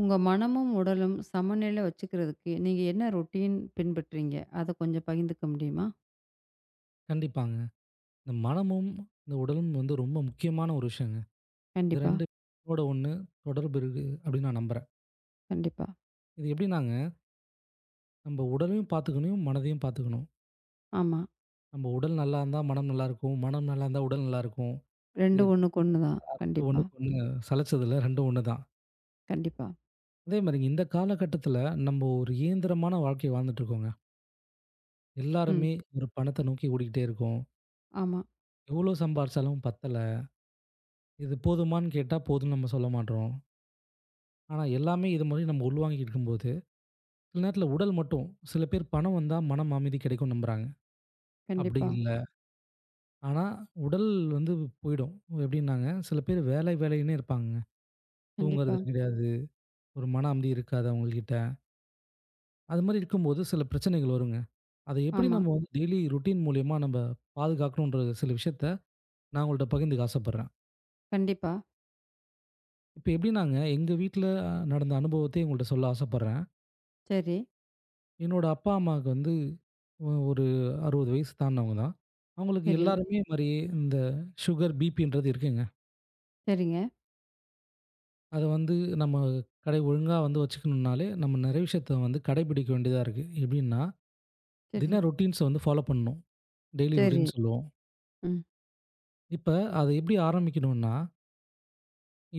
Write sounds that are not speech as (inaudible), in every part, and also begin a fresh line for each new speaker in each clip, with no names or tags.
உங்க மனமும், உடலும் சமநிலை வச்சுக்கிறதுக்கு நீங்க என்ன ரொட்டீன் பின்பற்றீங்க? அத கொஞ்சம் பகிர்ந்துக்க முடியுமா?
கண்டிப்பாங்க. இந்த மனமும், இந்த உடலும் வந்து ரொம்ப முக்கியமான ஒரு விஷயங்க. இது
கண்டிப்பா,
2 ஒண்ணோட ஒண்ணு தொடர்பு இருக்கு அப்படின்னு நான் நம்புறேன்.
கண்டிப்பா.
இது எப்படின்னாங்க, நம்ம உடலையும் பார்த்துக்கணும், மனதையும் பார்த்துக்கணும்.
ஆமா.
நம்ம உடல் நல்லா இருந்தா மனம் நல்லாயிருக்கும். மனம் நல்லா இருந்தா உடல் நல்லாயிருக்கும்.
2
இது
ஒண்ணுக்கு ஒண்ணு தான்.
2
கண்டிப்பா,
ஒண்ணுக்கு ஒண்ணு சலச்சதில்ல. 2 ஒண்ணு தான்.
கண்டிப்பா.
அதே மாரிங்க இந்த காலகட்டத்தில நம்ம ஒரு இயந்திரமான வாழ்க்கை வாழ்ந்துட்டு இருக்கோங்க.
ம்.
எல்லாருமே ஒரு பணத்த நோக்கி ஓடிக்கிட்டே இருக்கோம்.
ஆமா.
எவ்வளோ சம்பாரிச்சாலும் பத்தல. இது போதுமான்னு கேட்டா போதும்ன்னு நம்ம சொல்ல மாட்றோம். ஆனா எல்லாமே இது மாரி நம்ம உள்வாங்கிட்டு இருக்கும்போது சில நேரத்துல உடல் மட்டும். சில பேர் பணம் வந்தா மனம் அமைதி கிடைக்கும்னு நம்புறாங்க. அப்படி
கண்டிப்பா,
இல்ல. ஆனா உடல் வந்து போயிடும். எப்படின்னாங்க, சில பேர் வேலை வேலைன்னே இருப்பாங்கங்க.
கண்டிப்பா.
தூங்குறது கிடையாது. ஒரு மன அமைதி இருக்காது அவங்கள்கிட்ட. அது மாரி இருக்கும்போது சில பிரச்சனைகள் வருங்க. அத எப்படி
ஆமா.
நம்ம வந்து டெய்லி ரொட்டீன் மூலியமா நம்ப பாதுகாக்கணுன்ற சில விஷயத்த நான் உங்கள்ட்ட பகிர்ந்துக்க ஆசைப்படுறேன்.
கண்டிப்பா.
இப்ப எப்படின்னாங்க, எங்க வீட்ல நடந்த அனுபவத்தையும் உங்கள்ட்ட சொல்ல ஆசைப்படுறேன்.
சரி,
என்னோட அப்பா, அம்மாவுக்கு வந்து ஒரு 60 வயசு தாண்டுனவங்க தான். அவங்களுக்கு
சரி.
எல்லாருமே மாரி இந்த சுகர், பிபின்றது இருக்குங்க.
சரிங்க.
அத வந்து நம்ம கடை ஒழுங்கா வந்து வச்சுக்கணும்னாலே, நம்ம நெறைய விஷயத்த வந்து கடைபிடிக்க வேண்டியதா இருக்கு. எப்படின்னா,
சரி,
தின ரொட்டீன்ஸ வந்து ஃபாலோ பண்ணணும். டெய்லி
சரி.
ரொட்டீன் சொல்லுவோம்.
ம்.
இப்ப அத எப்படி ஆரம்பிக்கணும்னா,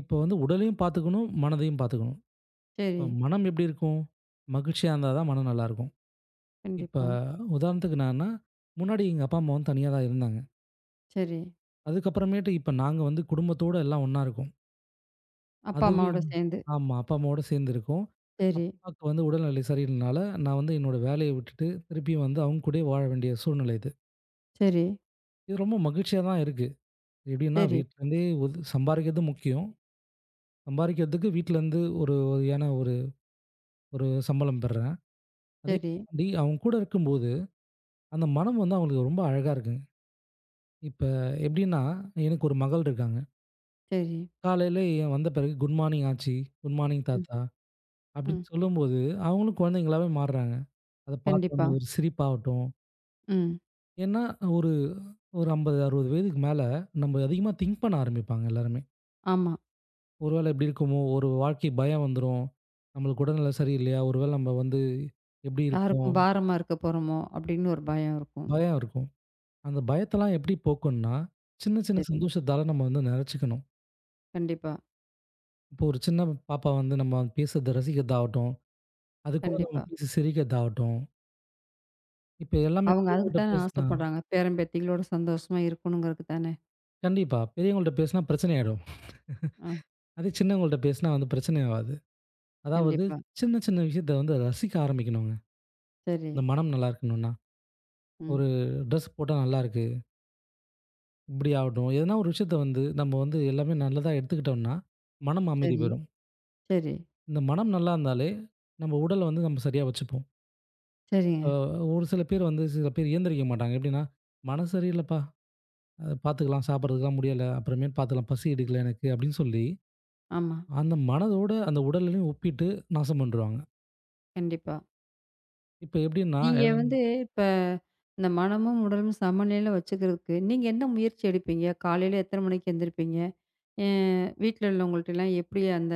இப்ப வந்து உடலையும் பார்த்துக்கணும், மனதையும் பார்த்துக்கணும்.
சரி.
இப்ப மனம் எப்படி இருக்கும்? மகிழ்ச்சியா இருந்தா தான் மனம் நல்லாயிருக்கும். இப்ப
கண்டிப்பா.
உதாரணத்துக்கு நான்னா, முன்னாடி எங்க அப்பா, அம்மா வந்து தனியா தான் இருந்தாங்க.
சரி.
அதுக்கப்புறமேட்டு இப்ப நாங்க வந்து குடும்பத்தோட எல்லாம் ஒண்ணா இருக்கோம்.
அப்பா,
அதுவே
அம்மாவோட சேர்ந்து.
ஆமா. அப்பா, அம்மாவோட சேர்ந்து இருக்கோம்.
சரி,
அப்பாவுக்கு வந்து உடல்நிலை சரியில்லைனால, நான் வந்து என்னோட வேலைய விட்டுட்டு, திருப்பியும் வந்து அவங்க கூடயே வாழ வேண்டிய சூழ்நிலை இது.
சரி,
இது ரொம்ப மகிழ்ச்சியா தான் இருக்கு. எப்படின்னா,
சரி,
வீட்லேருந்தே ஒது சம்பாரிக்கிறது முக்கியம். சம்பாரிக்கிறதுக்கு வீட்லேருந்து ஒரு ஒரு ஏன்னா ஒரு ஒரு சம்பளம் பெர்றேன். அதே
சரி,
தாண்டி அவங்க கூட இருக்கும்போது, அந்த மனம் வந்து அவங்களுக்கு ரொம்ப அழகா இருக்குங்க. இப்ப எப்படின்னா, எனக்கு ஒரு மகள் இருக்காங்க.
சரி.
காலையில என் வந்த பிறகு, "குட் மார்னிங் ஆச்சி, குட் மார்னிங்
ம்,
தாத்தா" அப்படின்னு
ம்.
சொல்லும்போது, அவங்களும் குழந்தைங்களாவே மாறுறாங்க. அத
கண்டிப்பா.
பார்த்தோனே ஒரு சிரிப்பாகட்டும்.
ம்.
ஏன்னா, ஒரு ஒரு 50, 60 வயதுக்கு மேல நம்ம அதிகமா திங்க் பண்ண ஆரம்பிப்பாங்க எல்லாருமே.
ஆமா.
ஒரு வேளை இப்படி இருக்குமோ, ஒரு வாழ்க்கை பயம் வந்துரும். நம்மளுக்கு உடல்நிலை சரியில்லையா? ஒரு வேளை நம்ம வந்து எப்படி இருப்போம்?
யாருக்கும் பாரமா இருக்க போறோமோ! அப்பிடின்னு ஒரு பயம் இருக்கும்.
பயம் இருக்கும். அந்த பயத்தெல்லாம் எப்படி போக்கணும்னா, சின்ன சின்ன
சரி.
சந்தோஷத்தால நம்ம வந்து நெறச்சிக்கணும்.
கண்டிப்பா,
இப்போ ஒரு சின்ன பாப்பா வந்து நம்ம பேசுறத ரசிக்கிறதாகட்டும், அது கூட நம்ம
கண்டிப்பா.
பேசி சிரிக்கிறதாகட்டும். இப்ப எல்லாமே
அவுங்க அதுக்கு
பெரியவங்கள்ட்ட
தானே
பேசினா
ஆசைப்படுறாங்க. பேரன், பேத்திகளோட சந்தோஷமா இருக்கணுங்கிறதுக்கு தானே!
கண்டிப்பா. பெரியவங்கள்ட்ட பேசினா பிரச்சனை ஆயிடும். (laughs)
ஆ,
அதே சின்னவங்கள்ட்ட பேசினா வந்து பிரச்சனை ஆவாது. அதாவது
கண்டிப்பா.
சின்ன சின்ன விஷயத்த வந்து ரசிக்க ஆரம்பிக்கணுங்க.
சரி.
இந்த மனம் நல்லா இருக்கணும்னா,
ம்.
ஒரு ட்ரெஸ் போட்டா நல்லாருக்கு. இப்படி ஆகட்டும். எதனா ஒரு விஷயத்த வந்து நம்ம வந்து எல்லாமே நல்லதா எடுத்துக்கிட்டோம்னா, மனம் அமைதி
சரி,
பெறும்.
சரி,
இந்த மனம் நல்லா இருந்தாலே, நம்ம உடல வந்து நம்ம சரியா வச்சுப்போம்.
சரிங்க.
அ ஒரு சில பேர் வந்து சில பேர் இயந்திரிக்க மாட்டாங்க. எப்படின்னா, "மனசு சரியில்லப்பா. பார்த்துக்கலாம். சாப்பிட்றதுக்குலாம் முடியல. அப்புறமேல் பார்த்துக்கலாம். பசி எடுக்கல எனக்கு." அப்படின்னு சொல்லி,
ஆமா.
அந்த மனதோட அந்த உடலையும் ஒப்பிட்டு நாசம் பண்ருவாங்க.
கண்டிப்பா.
இப்ப எப்படின்னா
நீங்க வந்து இப்ப இந்த மனமும், உடலும் சமநிலையில வச்சுக்கிறதுக்கு, நீங்க என்ன முயற்சி எடுப்பீங்க? காலையில எத்தன மணிக்கு எந்திரிப்பீங்க? அ வீட்ல உள்ளவங்கள்ட்டலாம் எப்படி அந்த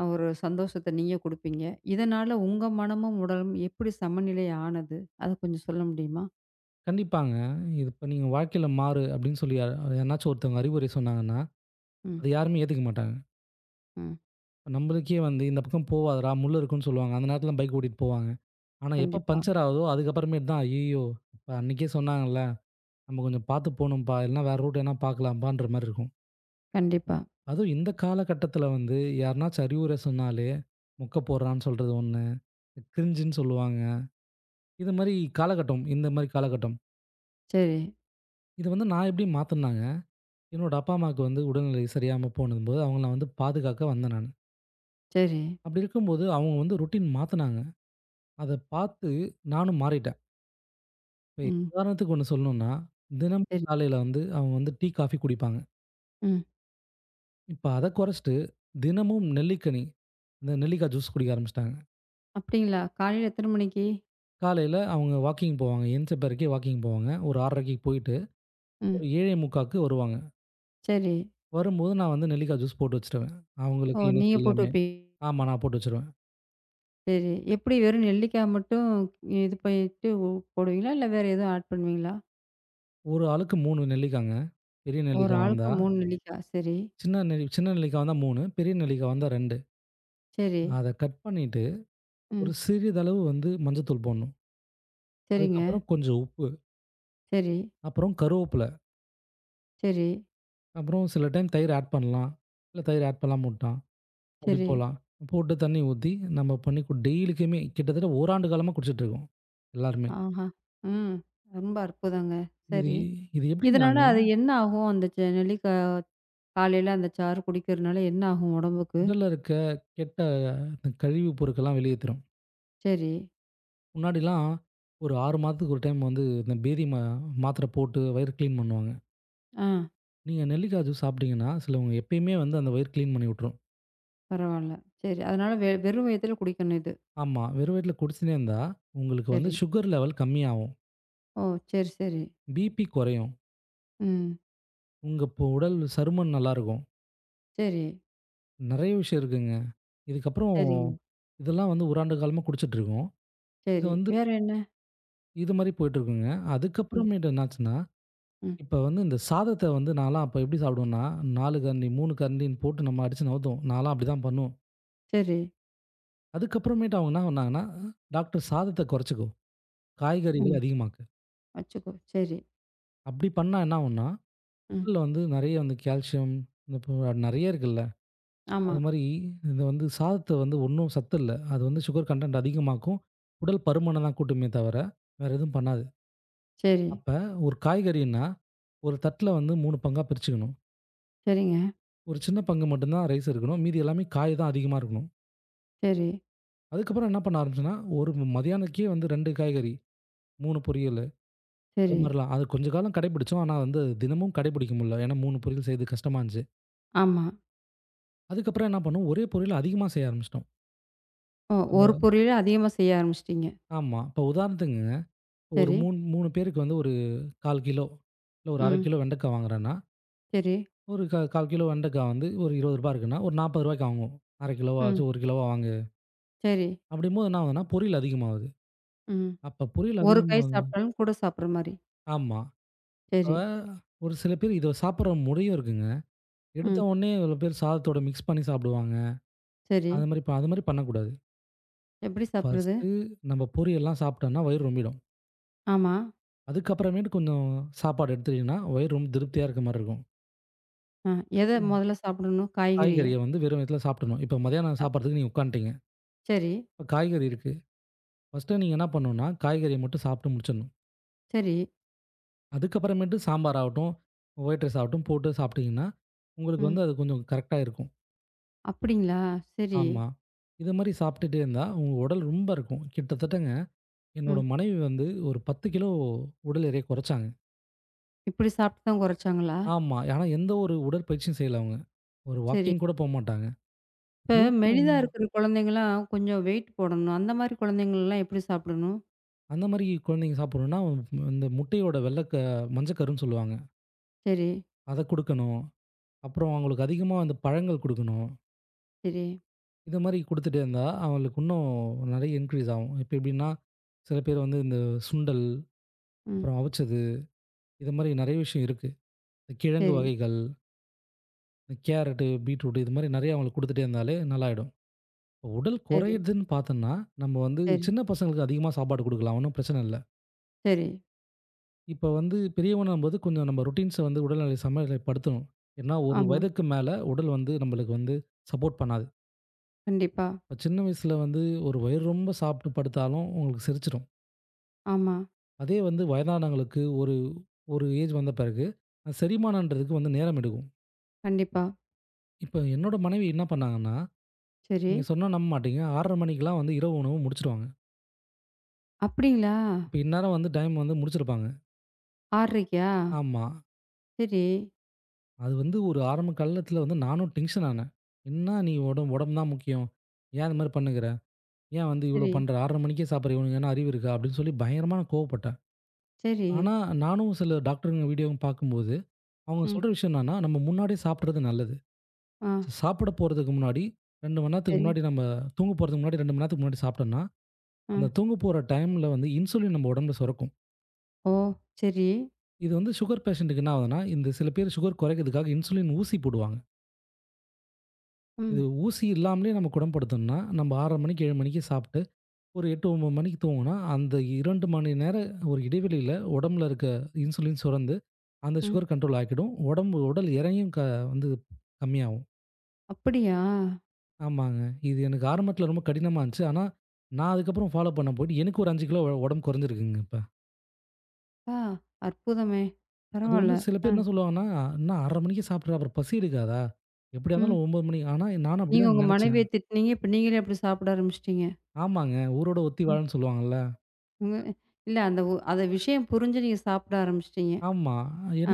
ஒரு சந்தோஷத்த நீங்க குடுப்பீங்க? இதனால உங்க மனமும், உடலும் எப்படி சமநிலை ஆனது? அத கொஞ்சம் சொல்ல முடியுமா?
கண்டிப்பாங்க. இது இப்ப நீங்க வாழ்க்கையில மாறு அப்படின்னு சொல்லி யார் யாருனாச்சும் ஒருத்தவங்க அறிவுரை சொன்னாங்கன்னா,
ம்,
அத யாருமே ஏத்துக்க மாட்டாங்க.
ம்.
இப்ப நம்மளுக்கே வந்து இந்த பக்கம் போவாதடா, முள்ளு இருக்குன்னு சொல்லுவாங்க. அந்த நேரத்துல பைக் ஓட்டிட்டு போவாங்க. ஆனா எப்ப
கண்டிப்பா,
பஞ்சர் ஆகுதோ அதுக்கப்புறமேட்டு தான், ஐயய்யோ! அப்ப அன்னைக்கே சொன்னாங்கல்ல, நம்ம கொஞ்சம் பார்த்து போணும்ப்பா, இல்லன்னா வேற ரூட் எதுனா பார்க்கலாம்ப்பான்ற மாரி இருக்கும்.
கண்டிப்பா.
அதுவும் இந்த காலகட்டத்துல வந்து யாருனாச்சும் அறிவுரை சொன்னாலே, மொக்க போடுறான்னு சொல்றது ஒண்ணு, கிரிஞ்சுன்னு சொல்லுவாங்க. இது மாரி காலகட்டம், இந்த மாரி காலகட்டம்.
சரி,
இத வந்து நான் எப்படி மாத்துனேன்னா என்னோட அப்பா, அம்மாவுக்கு வந்து உடல்நிலை சரியாம போனம்போது, அவங்கள நான் வந்து பாதுகாக்க வந்தேன் நானு.
சரி.
அப்படி இருக்கும்போது, அவங்க வந்து ரொட்டீன் மாத்துனாங்க. அத பார்த்து நானும் மாறிட்டேன். இப்ப
ம்.
உதாரணத்துக்கு ஒண்ணு சொல்லணும்னா, தினமும்
சரி.
காலையில வந்து அவங்க வந்து டீ, காஃபி குடிப்பாங்க.
ம்.
இப்ப அத குறைச்சுட்டு, தினமும் நெல்லிக்கனி, இந்த நெல்லிக்காய் ஜூஸ் குடிக்க ஆரம்பிச்சுட்டாங்க.
அப்படிங்களா? காலையில எத்தன மணிக்கு?
காலையில அவங்க வாக்கிங் போவாங்க. எந்திச்ச பிறக்கே வாக்கிங் போவாங்க. ஒரு 6:30க்கு போயிட்டு,
ம்.
ஒரு 7:45க்கு வருவாங்க.
சரி.
வரும்போது நான் வந்து நெல்லிக்காய் ஜூஸ் போட்டு வச்சுருவேன்.
ஓ!
அவங்களுக்கு,
நீங்க
எனக்கு
போட்டு
எல்லாமே.
வைப்பீங்க.
ஆமா, நான் போட்டு வச்சுருவேன்.
சரி. எப்படி வெறும் நெல்லிக்காய் மட்டும் இது பண்ணிட்டு போடுவீங்களா? இல்ல வேற எதுவும் ஆட் பண்ணுவீங்களா?
ஒரு ஆளுக்கு 3 நெல்லிக்காங்க. பெரிய
ஒரு ஆமா.
நெல்லிக்காய்
ஆளுக்கு
வந்தா
3 நெல்லிக்காய். சரி,
சின்ன நெல்லிக்காய் வந்தா 3, பெரிய நெல்லிக்காய் வந்தா 2.
சரி.
அத கட் பண்ணிட்டு,
ம்.
ஒரு சிறிதளவு வந்து மஞ்சத்தூள் போடணும்.
சரிங்க.
அதுக்கப்புறம் கொஞ்சம் உப்பு,
சரி,
அப்புறம் கருவேப்பில,
சரி,
அப்புறம் சில டைம் தயிர் ஆட் பண்ணலாம். இல்ல தயிர் ஆட் பண்ணாம விட்டா, அப்படி
சரி.
போலாம். போட்டு தண்ணி ஊத்தி, நம்ம பண்ணி கு டெய்லிக்குமே கிட்டத்தட்ட ஓராண்டு காலமா குடிச்சிட்டு இருக்கோம். எல்லாருமே.
ஆஹா! ம். ரொம்ப அற்புதங்க.
இது
சரி.
இது
இதனால
எப்படின்னாங்க,
அது என்ன ஆகும்? அந்த நெல்லிக்காய் காலையில அந்த சாறு குடிக்கிறனால என்ன ஆகும் உடம்புக்கு?
உடல்ல இருக்க கெட்ட இந்த கழிவு பொருட்கள்லாம் வெளியேத்திரும்.
சரி.
முன்னாடிலாம் ஒரு 6 மாதத்துக்கு ஒரு டைம் வந்து இந்த பேதி மாத்திரை போட்டு வயிறு கிளீன் பண்ணுவாங்க.
ஆ
நீங்க நெல்லிக்காய் ஜூஸ் சாப்பிட்டீங்கன்னா, சிலவங்க எப்பயுமே வந்து அந்த வயிறு கிளீன் பண்ணி விட்டுரும்.
பரவால்ல. சரி. அதனால வெறும் வயித்துல குடிக்கணும் இது.
ஆமா. வெறும் வயித்துல குடிச்சுனே இருந்தா, உங்களுக்கு வந்து
சரி.
சுகர் லெவல் கம்மியாகும்.
ஓ! சரி, சரி.
பிபி குறையும்.
ம்.
உங்க இப்போ உடல் சருமம் நல்லாருக்கும்.
சரி.
நெறைய விஷயம் இருக்குங்க. இதுக்கப்புறம்
சரிங்க.
இதெல்லாம் வந்து ஒரு ஆண்டு காலமா குடிச்சுட்டுருக்கோம். இது
சரி.
வந்து
வேற என்ன?
இது மாரி போயிட்டுருக்குங்க.
ம்.
அதுக்கப்புறமேட்டு என்னாச்சுன்னா,
ம்.
இப்ப வந்து இந்த சாதத்த வந்து நான்லாம் அப்ப எப்படி சாப்பிடுவேன்னா, 4 கரண்டி, 3 கரண்டின்னு போட்டு நம்ம அடிச்சு நவுத்துவோம். நான்லாம் அப்படிதான் பண்ணுவோம்.
சரி.
அதுக்கப்புறமேட்டு அவங்க என்ன பண்ணாங்கன்னா, டாக்டர் சாதத்த குறைச்சுக்கோ, காய்கறிகள
ம்.
அதிகமாக்கு.
அச்சச்சோ! சரி.
அப்படி பண்ணா என்ன ஆகும்னா,
ம்.
உடல்ல வந்து நெறைய வந்து கால்சியம், இந்த நெறைய இருக்குல்ல.
ஆமா.
அது மாரி இது வந்து சாதத்த வந்து ஒண்ணும் சத்து இல்ல. அது வந்து சுகர் கன்டென்ட் அதிகமாக்கும். உடல் பருமன தான் கூட்டுமே தவிர, வேற எதுவும் பண்ணாது.
சரி.
அப்ப ஒரு காய்கறின்னா, ஒரு தட்ல வந்து 3 பங்கா பிரிச்சுக்கணும்.
சரிங்க.
ஒரு சின்ன பங்கு மட்டும் தான் ரைஸ் இருக்கணும். மீதி எல்லாமே காய் தான் அதிகமா இருக்கணும்.
சரி,
அதுக்கப்புறம் என்ன பண்ண ஆரம்பிச்சேன்னா, ஒரு மதியானக்கே வந்து 2 காய்கறி, 3 பொரியலு அது
சரி.
மாரிலாம். அது கொஞ்ச காலம் கடைபிடிச்சோம். ஆனா வந்து தினமும் கடைபிடிக்க முடியல. ஏன்னா 3 பொரியல் செய்றது கஷ்டமா இருந்துச்சு.
ஆமா.
அதுக்கப்புறம் என்ன பண்ணோம், ஒரே பொரியல் அதிகமா செய்ய ஆரம்பிச்சிட்டோம்.
ஓ! ஒரு
அ
பொரியல அதிகமா செய்ய ஆரம்பிச்சுட்டீங்க.
ஆமா. இப்போ உதாரணத்துக்குங்க, ஒரு
சரி.
3 பேருக்கு வந்து ஒரு 1/4 கிலோ, இல்ல ஒரு 1/2
ம்.
கிலோ வெண்டைக்காய் வாங்குறேன்னா,
சரி.
ஒரு 1/4 கிலோ வெண்டைக்காய் வந்து ஒரு ரூ. 20 இருக்குன்னா, ஒரு ரூ. 40க்கு வாங்குவோம். 1/2
ம்.
கிலோவாச்சும் 1 கிலோவா வாங்கு.
சரி.
அப்படிங்கும்போது என்ன ஆகுதுன்னா, பொரியல் அதிகமாகுது.
ம்.
அப்ப பொரியல்
ஒரு கை
அதிகமாகுது
சாப்பிட்டாலும் கூட சாப்பிடுற மாரி.
ஆமா. இப்ப
சரி.
ஒரு சில பேர் இத சாப்பிடுற முறையும் இருக்குங்க. எடுத்த
ம்.
உடனே சில பேர் சாதத்தோட மிக்ஸ் பண்ணி சாப்பிடுவாங்க.
சரி.
அது மாரி அது மாரி பண்ணக்கூடாது.
எப்படி சாப்பிடுறது?
ஃபர்ஸ்ட்டு நம்ம பொரியல்லாம் சாப்பிட்டோம்னா வயிறு ரொம்பிடும்.
ஆமா.
அதுக்கப்புறமேட்டு கொஞ்சம் சாப்பாடு எடுத்துட்டீங்கன்னா, வயிறு ரொம்ப திருப்தியா இருக்க மாரி இருக்கும்.
அ எத
ம்.
முதல்ல சாப்பிடணும்? காய்கறிய.
காய்கறிய வந்து வெறும் வயித்துல சாப்பிடணும். இப்ப மதியானம்
அ
சாப்பிடுறதுக்கு நீங்க உட்காந்துட்டீங்க.
சரி,
இப்ப காய்கறி இருக்கு. ஃபர்ஸ்ட்டு நீங்க என்ன பண்ணணும்னா, காய்கறிய மட்டும் சாப்பிட்டு முடிச்சிடணும்.
சரி.
அதுக்கப்புறமேட்டு சாம்பார் ஆகட்டும், ஒயிட் ரைஸ் ஆகட்டும் போட்டு சாப்பிட்டீங்கன்னா, உங்களுக்கு
ம்.
வந்து அது கொஞ்சம் கரெக்ட்டா இருக்கும்.
அப்படிங்களா? சரி.
ஆமா. இது மாரி சாப்பிட்டுட்டே இருந்தா, உங்க உடல் ரொம்ப இருக்கும். கிட்டத்தட்டங்க என்னோட
ம்.
மனைவி வந்து ஒரு 10 கிலோ உடல் எடைய குறைச்சாங்க.
இப்படி சாப்பிட்டு தான் குறைச்சாங்களா?
ஆமா. ஆனா எந்த ஒரு உடற்பயிற்சியும் செய்யல அவங்க. ஒரு
சரி.
வாக்கிங் கூட
இப்ப மெலிதா
போமாட்டாங்க.
இருக்கிற குழந்தைங்கலாம் கொஞ்சம் வெயிட் போடணும். அந்த மாரி குழந்தைங்கள்லாம் எப்படி சாப்பிடணும்?
அந்த மாரி குழந்தைங்க சாப்பிடணும்னா, இந்த முட்டையோட வெள்ள மஞ்சக்கருன்னு சொல்லுவாங்க.
சரி,
அத குடுக்கணும். அப்புறம் அவங்களுக்கு அதிகமா அந்த பழங்கள் குடுக்கணும்.
சரி.
இந்த மாரி குடுத்துட்டே இருந்தா, அவங்களுக்கு இன்னும் நெறைய இன்க்ரீஸ் ஆகும். இப்ப எப்படின்னா, சில பேர் வந்து இந்த சுண்டல்,
ம்.
அப்புறம் அவிச்சது, இது மாரி நெறைய விஷயம் இருக்கு. இந்த கிழங்கு
சரி,
வகைகள், இந்த கேரட்டு, பீட்ரூட் இது மாரி நெறைய அவங்களுக்கு குடுத்துட்டே இருந்தாலே நல்லாயிடும். இப்போ உடல்
சரி,
குறையுதுன்னு பார்த்தோம்னா, நம்ம வந்து
சரி,
சின்ன பசங்களுக்கு அதிகமா சாப்பாடு குடுக்கலாம். ஒண்ணும் பிரச்சனை இல்ல.
சரி.
இப்ப வந்து பெரியவனாகும்போது கொஞ்சம் நம்ம ரொட்டீன்ஸ வந்து உடல்நிலை சமநிலைப்படுத்தணும். ஏன்னா, ஒரு
ஆமா.
வயதுக்கு மேல உடல் வந்து நம்மளுக்கு வந்து சப்போர்ட் பண்ணாது.
கண்டிப்பா.
இப்ப சின்ன வயசுல வந்து ஒரு வயிறு ரொம்ப சாப்பிட்டு படுத்தாலும் உங்களுக்கு செரிச்சிரும்.
ஆமா.
அதே வந்து வயதானவங்களுக்கு ஒரு ஒரு ஏஜ் வந்த பிறகு அது செரிமானம்ன்றதுக்கு வந்து நேரம் எடுக்கும்.
கண்டிப்பா.
இப்ப என்னோட மனைவி என்ன பண்ணாங்கன்னா,
சரி.
நீங்க சொன்னா நம்ப மாட்டீங்க 6:30 மணிக்கெல்லாம் வந்து இரவு உணவு முடிச்சுருவாங்க.
அப்படிங்களா?
இப்ப இந்நேரம் வந்து டைம் வந்து முடிச்சிருப்பாங்க.
6:30க்கா?
ஆமா.
சரி,
அது வந்து ஒரு ஆரம்ப காலத்துல வந்து நானும் டென்ஷன் ஆனேன். "என்ன நீ உடம்பு தான் முக்கியம். ஏன் இந்த மாரி பண்ணுகிற? ஏன் வந்து இவ்வளோ
சரி,
பண்ற? 6:30 மணிக்கே சாப்பிடுற இவனுக்கு என்ன அறிவு இருக்கா? அப்படின்னு சொல்லி பயங்கரமா நான் கோவப்பட்டேன்.
சரி.
ஆனா, நானும் சில டாக்டருங்க வீடியோவும் பார்க்கும்போது, அவங்க
ம்.
சொல்ற விஷயம் என்னன்னா, நம்ம முன்னாடியே சாப்பிடுறது நல்லது.
ஆ.
சாப்பிட போறதுக்கு முன்னாடி 2 மணி நேரத்துக்கு
சரி.
முன்னாடி நம்ம தூங்க போறதுக்கு முன்னாடி 2 மணி நேரத்துக்கு முன்னாடி சாப்பிட்டோம்னா,
ஆ.
அந்த தூங்க போற டைம்ல வந்து இன்சுலின் நம்ம உடம்புல சுரக்கும்.
ஓ! சரி.
இது வந்து சுகர் பேஷண்ட்டுக்கு என்ன ஆகுதுன்னா, இந்த சில பேர் சுகர் குறைக்கிறதுக்காக இன்சுலின் ஊசி போடுவாங்க. இது
ம்,
ஊசி இல்லாமலே நமக்கு குணப்படுத்தணும்னா, நம்ம 6:30 மணிக்கு 7 மணிக்கு சாப்பிட்டு ஒரு 8, 9 மணிக்கு தூங்குனா, அந்த 2 மணி நேரம் ஒரு இடைவெளியில உடம்புல இருக்க இன்சுலின் சுரந்து, அந்த
ம்.
சுகர் கண்ட்ரோல் ஆக்கிடும். உடம்பு உடல் எடையும் வந்து கம்மியாகும்.
அப்படியா?
ஆமாங்க. இது எனக்கு ஆரம்பத்தில ரொம்ப கடினமா இருந்துச்சு. ஆனா, நான் அதுக்கப்புறம் ஃபாலோ பண்ண போயிட்டு எனக்கு ஒரு 5 கிலோ உடம்பு குறைஞ்சிருக்குங்க இப்ப.
அப்பா! அற்புதமே!
அது
பரவால்ல.
வந்து சில
அ.
பேர் என்ன சொல்லுவாங்கன்னா, "என்ன 1/2 மணிக்கே சாப்பிடுற, அப்புறம் பசி எடுக்காதா? எப்படியா
ம்.
இருந்தாலும் 9 மணி" ஆனா நானும்
நீங்க
அப்படிதான்
உங்க
நினைச்சேன்.
மனைவிய திட்டுனீங்க. இப்ப நீங்களே அப்படி சாப்பிட ஆரம்பிச்சுட்டீங்க.
ஆமாங்க. ஊரோட ஒத்தி
ம்.
வாழன்னு சொல்லுவாங்கல்ல.
உங்க இல்ல அந்த அத விஷயம் புரிஞ்சு நீங்க சாப்பிட ஆரம்பிச்சுட்டீங்க.
ஆமா.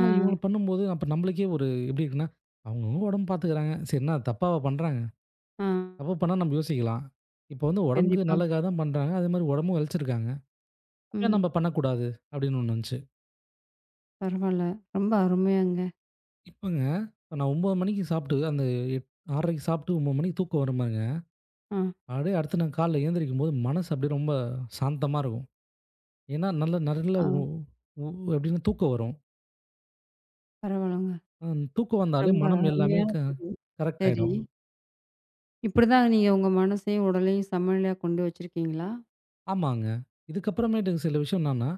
ஆ,
இவங்கள பண்ணும்போது, அப்ப நம்மளுக்கே ஒரு எப்படி இருக்குன்னா, அவங்கவங்க உடம்பு பார்த்துக்கிறாங்க. சரி என்ன தப்பாவா பண்றாங்க?
ஆ.
தப்பு பண்ணா நம்ம யோசிக்கலாம். இப்ப வந்து உடம்புக்கு
கண்டிப்பா.
நல்லதுக்காக தான் பண்றாங்க. அதேமாரி உடம்பும் இளைச்சிருக்காங்க. ஏன்
ம்.
நம்ம பண்ணக்கூடாது? அப்படின்னு ஒண்ணு வந்துச்சு.
பரவால்ல. ரொம்ப அருமையாங்க.
இப்பங்க நான் 9 மணிக்கு சாப்பிட்டு அந்த எட் 6:30க்கு சாப்பிட்டு 9 மணிக்கு தூக்கம் வரும் பாருங்க.
ஆ,
அப்படியே அடுத்து நான் காலைல எழுந்திரிக்கும்போது மனசு அப்படியே ரொம்ப சாந்தமா இருக்கும். ஏன்னா நல்ல நல்ல
ஆ.
உ உ அப்படின்னு தூக்கம் வரும்.
பரவால்லங்க.
அ தூக்கம் வந்தாலே
ரொம்ப
மனம் எல்லாமே
அருமையான பதிவு.
கரெக்ட்
சரி.
ஆயிடும்.
இப்படிதான் நீங்க உங்க மனசையும், உடலையும் சமநிலையா கொண்டு வச்சிருக்கீங்களா?
ஆமாங்க. இதுக்கப்புறமேட்டு சில விஷயம் என்னன்னா,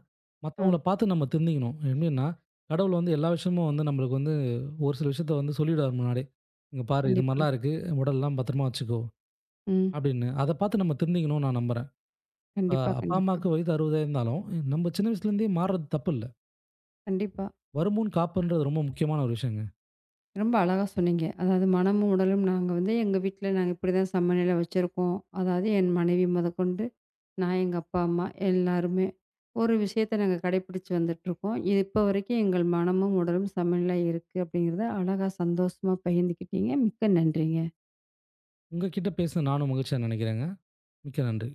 ஆ,
மத்தவங்கள பார்த்து நம்ம திருந்திக்கணும். எப்படின்னா, கடவுள் வந்து எல்லா விஷயமும் வந்து நம்மளுக்கு வந்து ஒரு சில விஷயத்த வந்து சொல்லிடுவாரு முன்னாடியே. "இங்க பாரு இது
கண்டிப்பா.
மாரிலாம் இருக்கு. உடல்லாம் பத்திரமா வச்சுக்கோ"
ம்.
அப்படின்னு. அத பார்த்து நம்ம திருந்திக்கணும்னு நான் நம்புறேன். இப்ப
கண்டிப்பா,
அப்பா,
கண்டிப்பா.
அம்மாவுக்கு வயது 60 இருந்தாலும், நம்ம சின்ன வயசுலேருந்தே மாறுறது தப்பு இல்ல.
கண்டிப்பா.
வருமுன் காப்புன்றது ரொம்ப முக்கியமான ஒரு விஷயங்க.
ரொம்ப அழகா சொன்னீங்க. அதாவது மனமும், உடலும் நாங்க வந்து எங்க வீட்ல நாங்க இப்படிதான் சமநிலை வச்சிருக்கோம். அதாவது என் மனைவி மொதற்கொண்டு நான், எங்க அப்பா, அம்மா எல்லாருமே ஒரு விஷயத்த நாங்க கடைபிடிச்சு வந்துட்டுருக்கோம். இது இப்ப வரைக்கும் எங்கள் மனமும், உடலும் சமநிலையா இருக்கு அப்படிங்கிறத அழகா சந்தோஷமா பகிர்ந்துக்கிட்டீங்க. மிக்க நன்றிங்க.
உங்க கிட்ட பேசினது நானும் மகிழ்ச்சியா நினைக்கிறேங்க. மிக்க நன்றி.